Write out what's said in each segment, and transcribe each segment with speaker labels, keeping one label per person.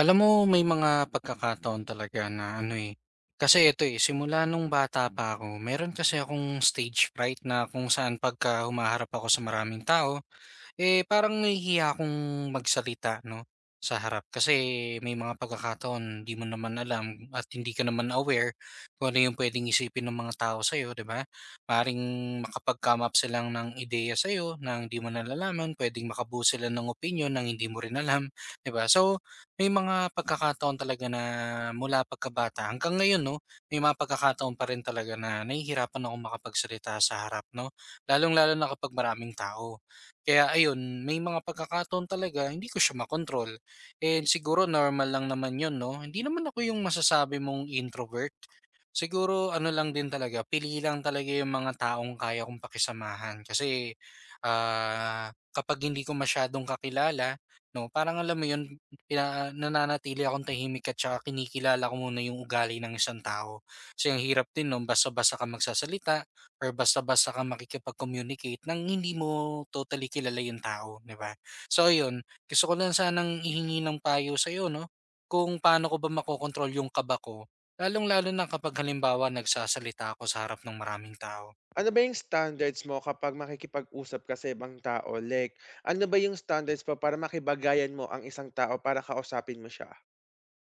Speaker 1: Alam mo may mga pagkakataon talaga na ano, eh, kasi ito, eh, simula nung bata pa ako meron kasi akong stage fright na kung saan pagka humaharap ako sa maraming tao eh, parang nahihiya akong magsalita 'no, sa harap kasi may mga pagkakataon hindi mo naman alam at hindi ka naman aware kung ano yung puwedeng isipin ng mga tao sa iyo, 'di ba? Maaaring makapag-come up sila ng ideya sa iyo, na hindi mo nalalaman, puwedeng makabuo sila ng opinyon ng hindi mo rin alam, 'di ba? So, may mga pagkakataon talaga na mula pagkabata hanggang ngayon 'no, may mga pagkakataon pa rin talaga na nahihirapan akong makapagsalita sa harap 'no, lalong-lalo na kapag maraming tao. Kaya ayun, may mga pagkakataon talaga hindi ko siya makontrol and siguro normal lang naman 'yun 'no. Hindi naman ako yung masasabi mong introvert. Siguro ano lang din talaga, pili lang talaga yung mga taong kaya kong pakisamahan kasi, kapag hindi ko masyadong kakilala 'no, parang alam mo 'yun, nananatili akong tahimik at saka kinikilala ko muna yung ugali ng isang tao. Kasi ang hirap din nun basta basa ka magsasalita or basta-basta kang makikipag-communicate nang hindi mo totally kilala yung tao, 'di ba? So ayun, gusto ko lang sanang ihingi ng payo sa'yo 'no, kung paano ko ba makokontrol yung kaba ko, lalong-lalo na kapag halimbawa nagsasalita ako sa harap ng maraming tao.
Speaker 2: Ano ba yung standards mo kapag makikipag-usap ka sa ibang tao? Like, ano ba yung standards mo para makibagayan mo ang isang tao para kausapin mo siya?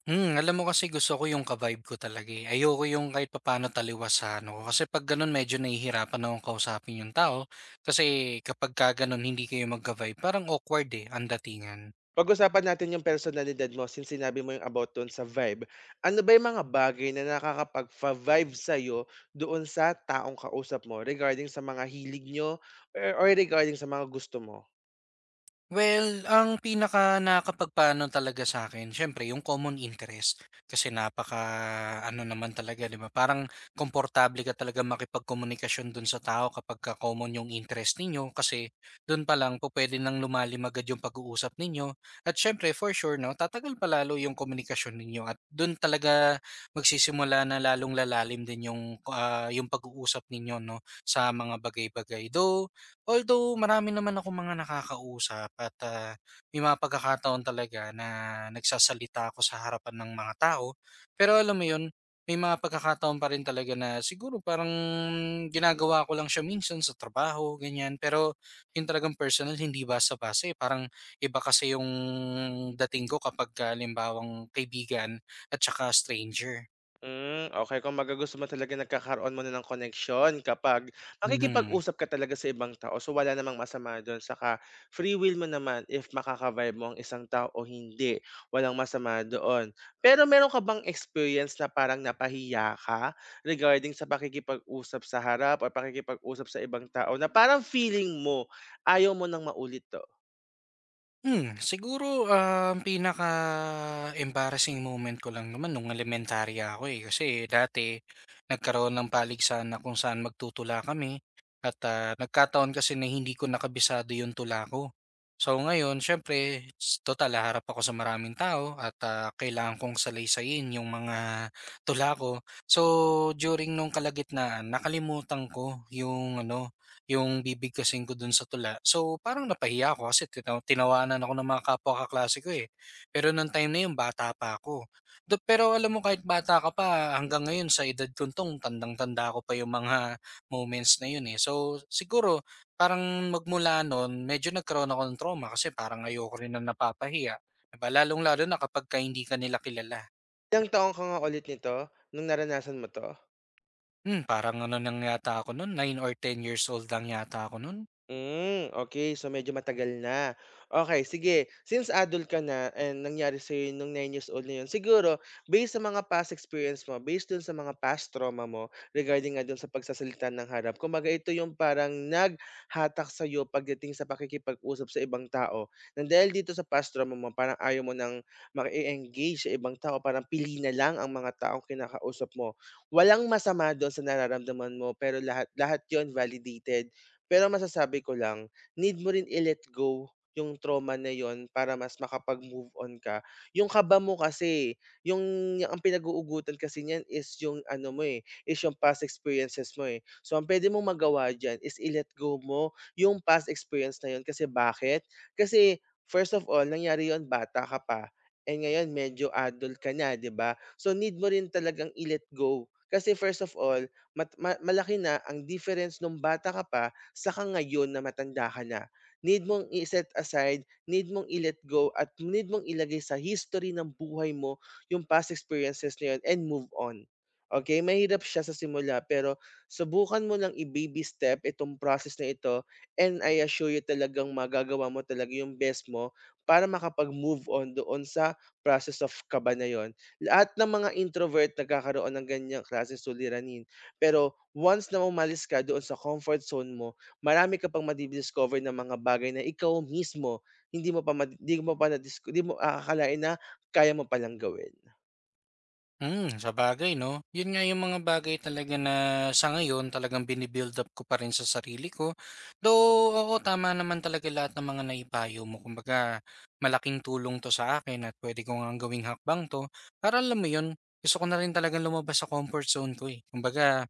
Speaker 1: Hmm, alam mo kasi gusto ko yung ka-vibe ko talaga, eh. Ayoko yung kahit papaano taliwas sa ano ko, kasi 'pag gano'n medyo nahihirapan akong kausapin yung tao, kasi kapagka gano'n hindi kayo magka-vibe parang awkward, eh, ang datingan.
Speaker 2: Pag-usapan natin yung personalidad mo since sinabi mo yung about doon sa vibe. Ano ba yung mga bagay na nakakapag vibe sa'yo doon sa taong kausap mo regarding sa mga hilig nyo or regarding sa mga gusto mo?
Speaker 1: Well, ang pinaka nakapagpaano talaga sa akin. Siyempre yung common interest. Kasi napaka-ano naman talaga 'di ba, parang komportable ka talagang makipagkomunikasyon dun sa tao kapagka common yung interest ninyo. Kasi dun palang pwede nang lumalim agad yung pag-uusap ninyo at siyempre for sure 'no, tatagal pa lalo yung komunikasyon ninyo at dun talaga magsisimula na lalong lalalim din yung, yung pag-uusap ninyo 'no, sa mga bagay-bagay. Although marami naman ako mga nakakausap at, may mga pagkakataon talaga na nagsasalita ako sa harapan ng mga tao. Pero alam mo yun, may mga pagkakataon pa rin talaga na siguro parang ginagawa ko lang siya minsan sa trabaho, ganyan. Pero yung talagang personal, hindi basta-basta, eh. Parang iba kasi yung dating ko kapag, halimbawang kaibigan at saka stranger.
Speaker 2: Hmm, okey. Kumbaga gusto mo talaga nagkakaroon muna ng connection, kapag
Speaker 1: Mhm.
Speaker 2: makikipag-usap ka talaga sa ibang tao. So, wala namang masama dun saka free will mo naman if makaka-vibe mo ang isang tao o hindi, walang masama doon. Pero meron ka bang experience na parang napahiya ka regarding sa pakikipag-usap sa harap o pakikipag-usap sa ibang tao na parang feeling mo ayaw mo nang maulit 'to?
Speaker 1: Hmm, siguro, ang pinaka-embarrassing moment ko lang naman nung elementarya ako, eh. Kasi dati nagkaroon ng paligsahan na kung saan magtutula kami at, nagkataon kasi na hindi ko nakabisado yung tula ko. So ngayon siyempre tutal haharap ako sa maraming tao at, kailangan kong saleysayin yung mga tula ko. So, during nung kalagitnaan nakalimutan ko yung ano, yung bibigkasin ko dun sa tula. So, parang napahiya ako kasi tinawanan ako ng mga kapwa kaklase ko, eh. Pero nung time na yun bata pa ako. Pero alam mo kahit bata ka pa hanggang ngayon sa edad kong 'to tandang-tanda ko pa yung mga moments na yun, eh. So, siguro parang magmula noon medyo nagkaroon ako ng trauma kasi parang ayoko rin na napapahiya, 'di ba? Lalong-lalo na kapagka hindi ka nila kilala.
Speaker 2: Ilang taong ka nga ulit nito nung naranasan mo 'to?
Speaker 1: Hmm, parang ano lang yata ako nun 9 or 10 years old lang yata ako nun.
Speaker 2: Hmm, okay. So, medyo matagal na. Okay, sige. Since adult ka na and nangyari sa'yo nung 9 years old na yun, siguro based sa mga past experience mo, based dun sa mga past trauma mo regarding nga dun sa pagsasalita ng harap, kumbaga ito yung parang naghatak sa sa'yo pagdating sa pakikipag-usap sa ibang tao na dahil dito sa past trauma mo, parang ayaw mo ng maki-engage sa ibang tao, parang pili na lang ang mga taong kinakausap mo. Walang masama dun sa nararamdaman mo pero lahat lahat yon validated, pero masasabi ko lang, need mo rin i-let go yung trauma na yun para mas makapag-move on ka. Yung kaba mo kasi, yung yung ang pinag-uugutan kasi niyan is yung ano mo eh, is yung past experiences mo eh. So ang pwede mong magawa dyan is i-let go mo yung past experience na yun. Kasi bakit? Kasi first of all, nangyari yon bata ka pa. And ngayon, medyo adult ka na, di ba? So need mo rin talagang i-let go. Kasi first of all, malaki na ang difference nung bata ka pa saka ngayon na matanda ka na, need mong i-set aside, need mong i-let go, at need mong ilagay sa history ng buhay mo yung past experiences na yun and move on. Okay, mahirap siya sa simula pero subukan mo lang i-baby step itong process na ito and I assure you talagang magagawa mo talaga yung best mo para makapag-move on doon sa process of kaba na yon. Lahat ng mga introvert nagkakaroon ng ganyang klase suliranin. Pero once na umalis ka doon sa comfort zone mo, marami ka pang madi-discover na mga bagay na ikaw mismo hindi mo pa madi hindi mo pa nadis hindi mo aakalain na kaya mo palang gawin.
Speaker 1: Hmm, sa bagay 'no. Yun nga yung mga bagay talaga na sa ngayon talagang up ko pa rin sa sarili ko. Though, oo, tama naman talaga lahat ng mga naipayo mo. Kumbaga malaking tulong 'to sa akin at puwede ko ngang gawing hakbang 'to para alam mo yun, gusto ko na rin talagang lumabas sa comfort zone ko, eh. Kumbaga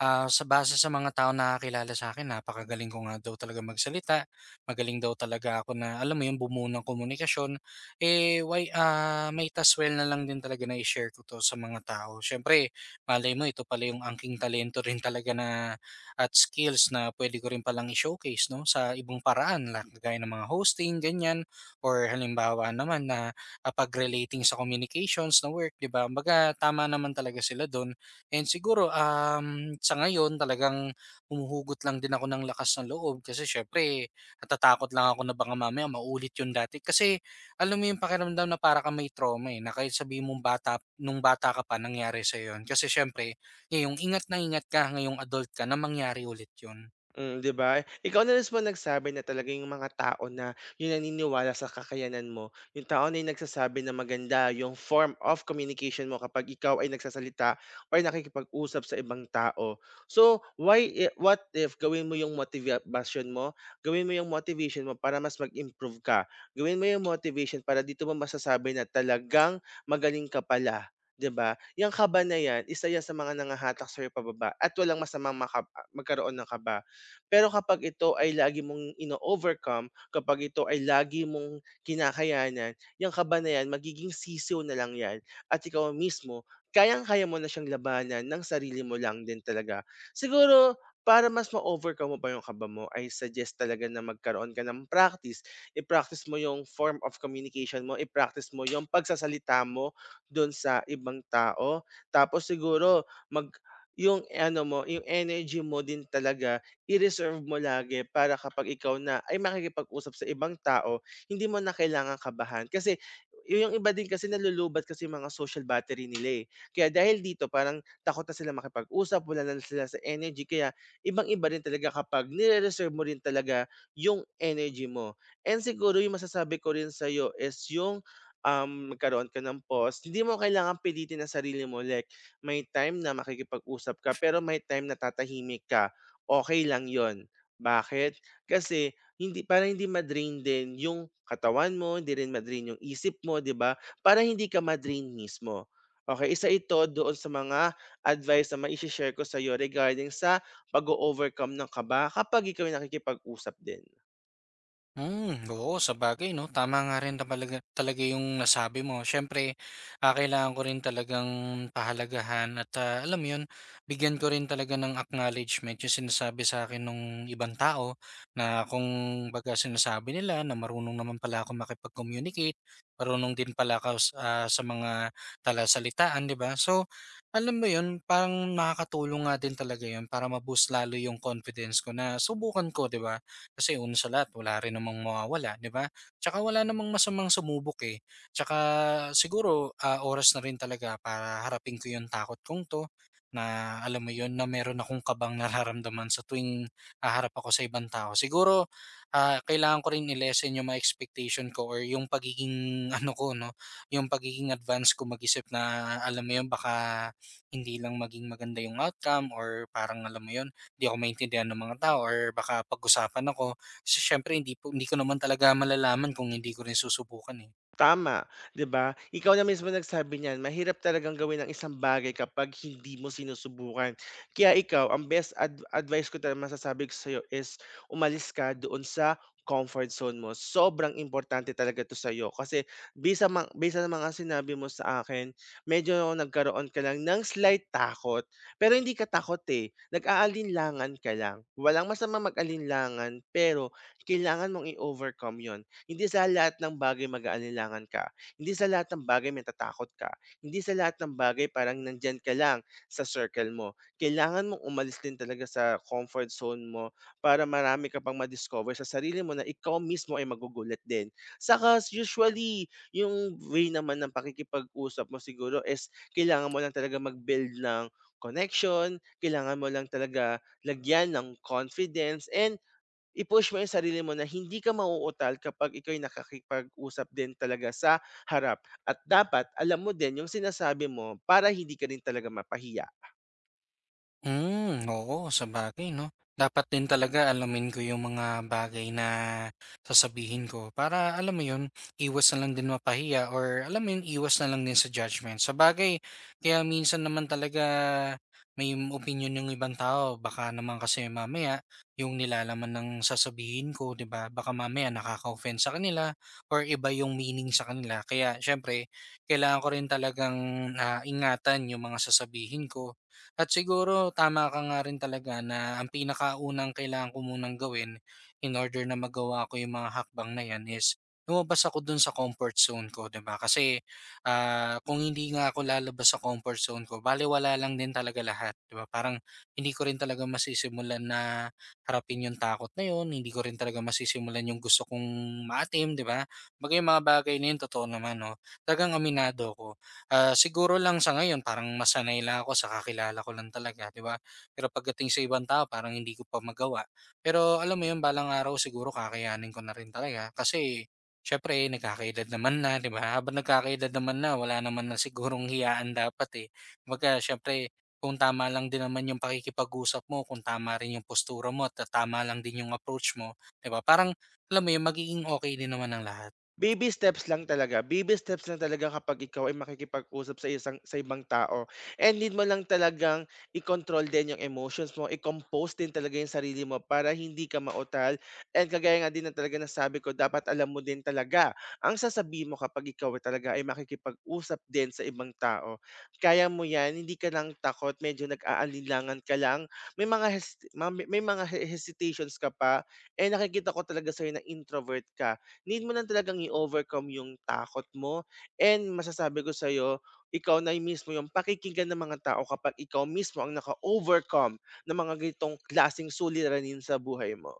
Speaker 1: Sa base sa mga tao na taong sa akin, napakagaling ko nga daw talaga magsalita, magaling daw talaga ako na alam mo yun, bumuo ng komunikasyon. Eh, might as well na lang din talaga na i-share ko 'to sa mga tao. Siyempre malay mo ito pala yung angking talento rin talaga na at skills na pwede ko rin palang i-showcase 'no, sa ibang paraan la kagaya ng mga hosting ganyan or halimbawa naman na, pag-relating sa communications na work 'di ba. Kumbaga tama naman talaga sila dun. And siguro, sa ngayon talagang humuhugot lang din ako ng lakas ng loob kasi siyempre natatakot lang ako na baka mamaya maulit yung dati. Kasi alam mo yung pakiramdam na para kang may trauma eh, na kahit sabihin mong bata, nung bata ka pa nangyari sa yon. Kasi siyempre, ngayong ingat na ingat ka, ngayong adult ka na mangyari ulit yun.
Speaker 2: Mm, 'di ba? Ikaw na mismo nagsabi na talagang yung mga tao na yung naniniwala sa kakayanan mo, yung tao na yung nagsasabi na maganda yung form of communication mo kapag ikaw ay nagsasalita or nakikipag-usap sa ibang tao. So, what if gawin mo yung motivation mo? Gawin mo yung motivation mo para mas mag-improve ka. Gawin mo yung motivation para dito mo masasabi na talagang magaling ka pala. 'Di ba? Yung kaba na yan, isa yan sa mga nangahatak sa'yo pababa at walang masamang magkaroon ng kaba. Pero kapag ito ay lagi mong ino-overcome, kapag ito ay lagi mong kinakayanan, yang kaba na yan magiging sisiw na lang yan at ikaw mismo kayang-kaya mo na siyang labanan ng sarili mo lang din talaga. Siguro para mas ma-overcome mo pa yung kaba mo, I suggest talaga na magkaroon ka ng practice. I-practice mo yung form of communication mo, i-practice mo yung pagsasalita mo dun sa ibang tao. Tapos siguro mag yung ano mo, yung energy mo din talaga i-reserve mo lagi para kapag ikaw na ay makikipag-usap sa ibang tao, hindi mo na kailangan kabahan. Kasi yung iba din kasi nalulubat kasi yung mga social battery nila eh. Kaya dahil dito parang takot na sila makipag-usap, wala na sila sa energy. Kaya ibang-iba rin talaga kapag nire-reserve mo rin talaga yung energy mo. And siguro yung masasabi ko rin sa'yo is yung magkaroon ka ng pause, hindi mo kailangan pilitin na sarili mo. Like, may time na makikipag-usap ka, pero may time na tatahimik ka. Okay lang yon. Bakit? Kasi hindi, para hindi ma-drain din yung katawan mo, hindi rin ma-drain yung isip mo, 'di ba? Para hindi ka ma-drain mismo. Okey, isa ito doon sa mga advice na mai-she-share ko sa'yo regarding sa pag overcome ng kaba kapag ikaw ay nakikipag-usap din.
Speaker 1: Hmm, oo sabagay 'no, tama nga rin talaga talaga yung nasabi mo. Siyempre, kailangan ko rin talagang pahalagahan at, alam mo yun, bigyan ko rin talaga ng acknowledgement yung sinasabi sa akin ng ibang tao na kung baga sinasabi nila na marunong naman pala akong makipag-communicate, marunong din pala ako sa mga talasalitaan, 'di ba? So, alam mo yun, parang nakakatulong nga din talaga yun para ma-boost lalo yung confidence ko na subukan ko, 'di ba? Kasi una sa lahat wala rin namang mawawala, 'di ba? Tsaka wala namang masamang sumubok eh. Tsaka siguro, oras na rin talaga para harapin ko 'yung takot kong 'to na alam mo yon, na meron akong kabang nararamdaman sa tuwing haharap ako sa ibang tao. Siguro, kailangan ko rin i-lessen 'yung mga expectation ko or 'yung pagiging ano ko 'no, 'yung pagiging advance ko mag-isip na alam mo yon, baka hindi lang maging maganda 'yung outcome or parang alam mo yon di ako maintindihan ng mga tao or baka pag-usapan ako. Kasi siyempre hindi ko naman talaga malalaman kung hindi ko rin susubukan, eh.
Speaker 2: Tama, 'di ba? Ikaw na mismo nagsabi niyan, mahirap talagang gawin ang isang bagay kapag hindi mo sinusubukan. Kaya ikaw, ang best advice ko talaga masasabi ko sa'yo is umalis ka doon sa comfort zone mo. Sobrang importante talaga to sa'yo. Kasi bisa ng mga sinabi mo sa akin, medyo nagkaroon ka lang ng slight takot. Pero hindi ka takot eh. Nag-aalinlangan ka lang. Walang masama mag-alinlangan, pero kailangan mong i-overcome yon, hindi sa lahat ng bagay mag-aalinlangan ka. Hindi sa lahat ng bagay may matatakot ka. Hindi sa lahat ng bagay parang nandyan ka lang sa circle mo. Kailangan mong umalis din talaga sa comfort zone mo para marami ka pang ma-discover sa sarili mo na ikaw mismo ay magugulat din. Saka usually, yung way naman ng pakikipag-usap mo siguro is kailangan mo lang talaga mag-build ng connection, kailangan mo lang talaga lagyan ng confidence and I-push mo yung sarili mo na hindi ka mauutal kapag ikaw'y nakakipag-usap din talaga sa harap at dapat alam mo din yung sinasabi mo para hindi ka rin talaga mapahiya.
Speaker 1: Hmm, oo sabagay 'no. Dapat din talaga alamin ko yung mga bagay na sasabihin ko para alam mo yun, iwas na lang din mapahiya or alam mo yun, iwas na lang din sa judgment. Sabagay kaya minsan naman talaga may opinyon yung ibang tao baka naman kasi mamaya yung nilalaman ng sasabihin ko 'di ba, baka mamaya nakaka-offend sa kanila or iba yung meaning sa kanila. Kaya siyempre kailangan ko rin talagang, ingatan yung mga sasabihin ko at siguro tama ka nga rin talaga na ang pinakaunang kailangan ko munang gawin in order na magawa ko yung mga hakbang na yan is lumabas ako dun sa comfort zone ko, 'di ba? Kasi kung hindi nga ako lalabas sa comfort zone ko, baliwala lang din talaga lahat, 'di ba? Parang hindi ko rin talaga masisimulan na harapin yung takot na yun, hindi ko rin talaga masisimulan yung gusto kong maatim, 'di ba? Bagay yung mga bagay na yun, totoo naman, no? Talagang aminado ko. Ah, siguro lang sa ngayon parang masanay sanay lang ako sa kakilala ko lang talaga, 'di ba? Pero pagdating sa ibang tao parang hindi ko pa magawa. Pero alam mo 'yun, balang araw siguro kakayanin ko na rin talaga kasi syempre nagkakaedad naman na, di ba? Habang nagkakaedad naman na, wala naman na sigurong hiyaan dapat eh. Kumbaga, siyempre, kung tama lang din naman yung pakikipag-usap mo, kung tama rin yung postura mo, at tama lang din yung approach mo, di ba? Parang, alam mo yun, magiging okay din naman ang lahat.
Speaker 2: Baby steps lang talaga, baby steps lang talaga kapag ikaw ay makikipag-usap sa sa ibang tao and need mo lang talagang i-control din yung emotions mo, i-compose din talaga yung sarili mo para hindi ka mautal and kagaya nga din ng talaga nasabi ko, dapat alam mo din talaga ang sasabihin mo kapag ikaw ay talaga ay makikipag-usap din sa ibang tao. Kaya mo yan, hindi ka lang takot, medyo nag-aalinlangan ka lang, may mga hesitations ka pa, eh nakikita ko talaga sa'yo na introvert ka. Need mo lang talagang i-overcome yung takot mo and masasabi ko sa'yo, ikaw na yung mismo yung pakikinggan ng mga tao kapag ikaw mismo ang naka-overcome ng mga ganitong klaseng suliranin sa buhay mo.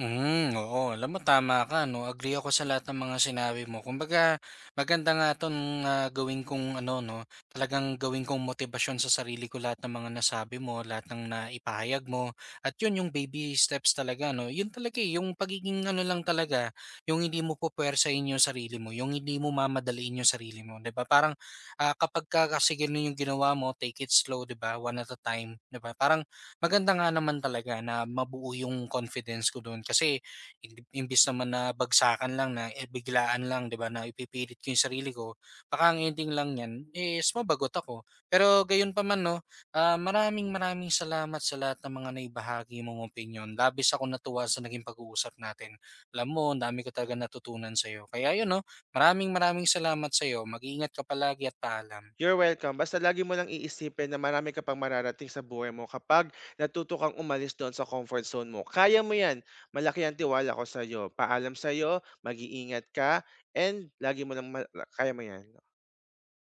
Speaker 1: Hmm, oo. Alam mo tama ka 'no, agree ako sa lahat ng mga sinabi mo. Kumbaga maganda nga 'tong, gawin kong ano 'no, talagang gawin kong motibasyon sa sarili ko lahat ng mga nasabi mo, lahat ng naipahayag mo at 'yun yung baby steps talaga 'no. 'Yun talaga, eh, yung pagiging ano lang talaga, yung hindi mo pupuwersahin yung sarili mo, yung hindi mo mamadaliin yung sarili mo, 'di ba? Parang, kapagka kasi gano'n yung ginawa mo, take it slow 'di ba, one at a time, 'di ba? Parang maganda nga naman talaga na mabuo yung confidence ko do'n kasi im imbes naman na bagsakan lang na, eh, biglaan lang 'di ba, na ipipilit ko yung sarili ko, baka ang ending lang niyan eh, is mabagot ako. Pero gayon pa man 'no, maraming maraming salamat sa lahat ng mga naibahagi mong opinyon. Labis ako natuwa sa naging pag-uusap natin. Alam mo ang dami ko talaga natutunan sa sa'yo. Kaya yun 'no, maraming maraming salamat sa sa'yo. Mag-iingat ka palagi at paalam.
Speaker 2: You're welcome. Basta lagi mo lang iisipin na marami ka pang mararating sa buhay mo kapag natuto kang umalis doon sa comfort zone mo. Kaya mo yan. Malaki ang tiwala ko sa'yo. Paalam sa'yo, mag-iingat ka, and lagi mo lang kaya mo yan.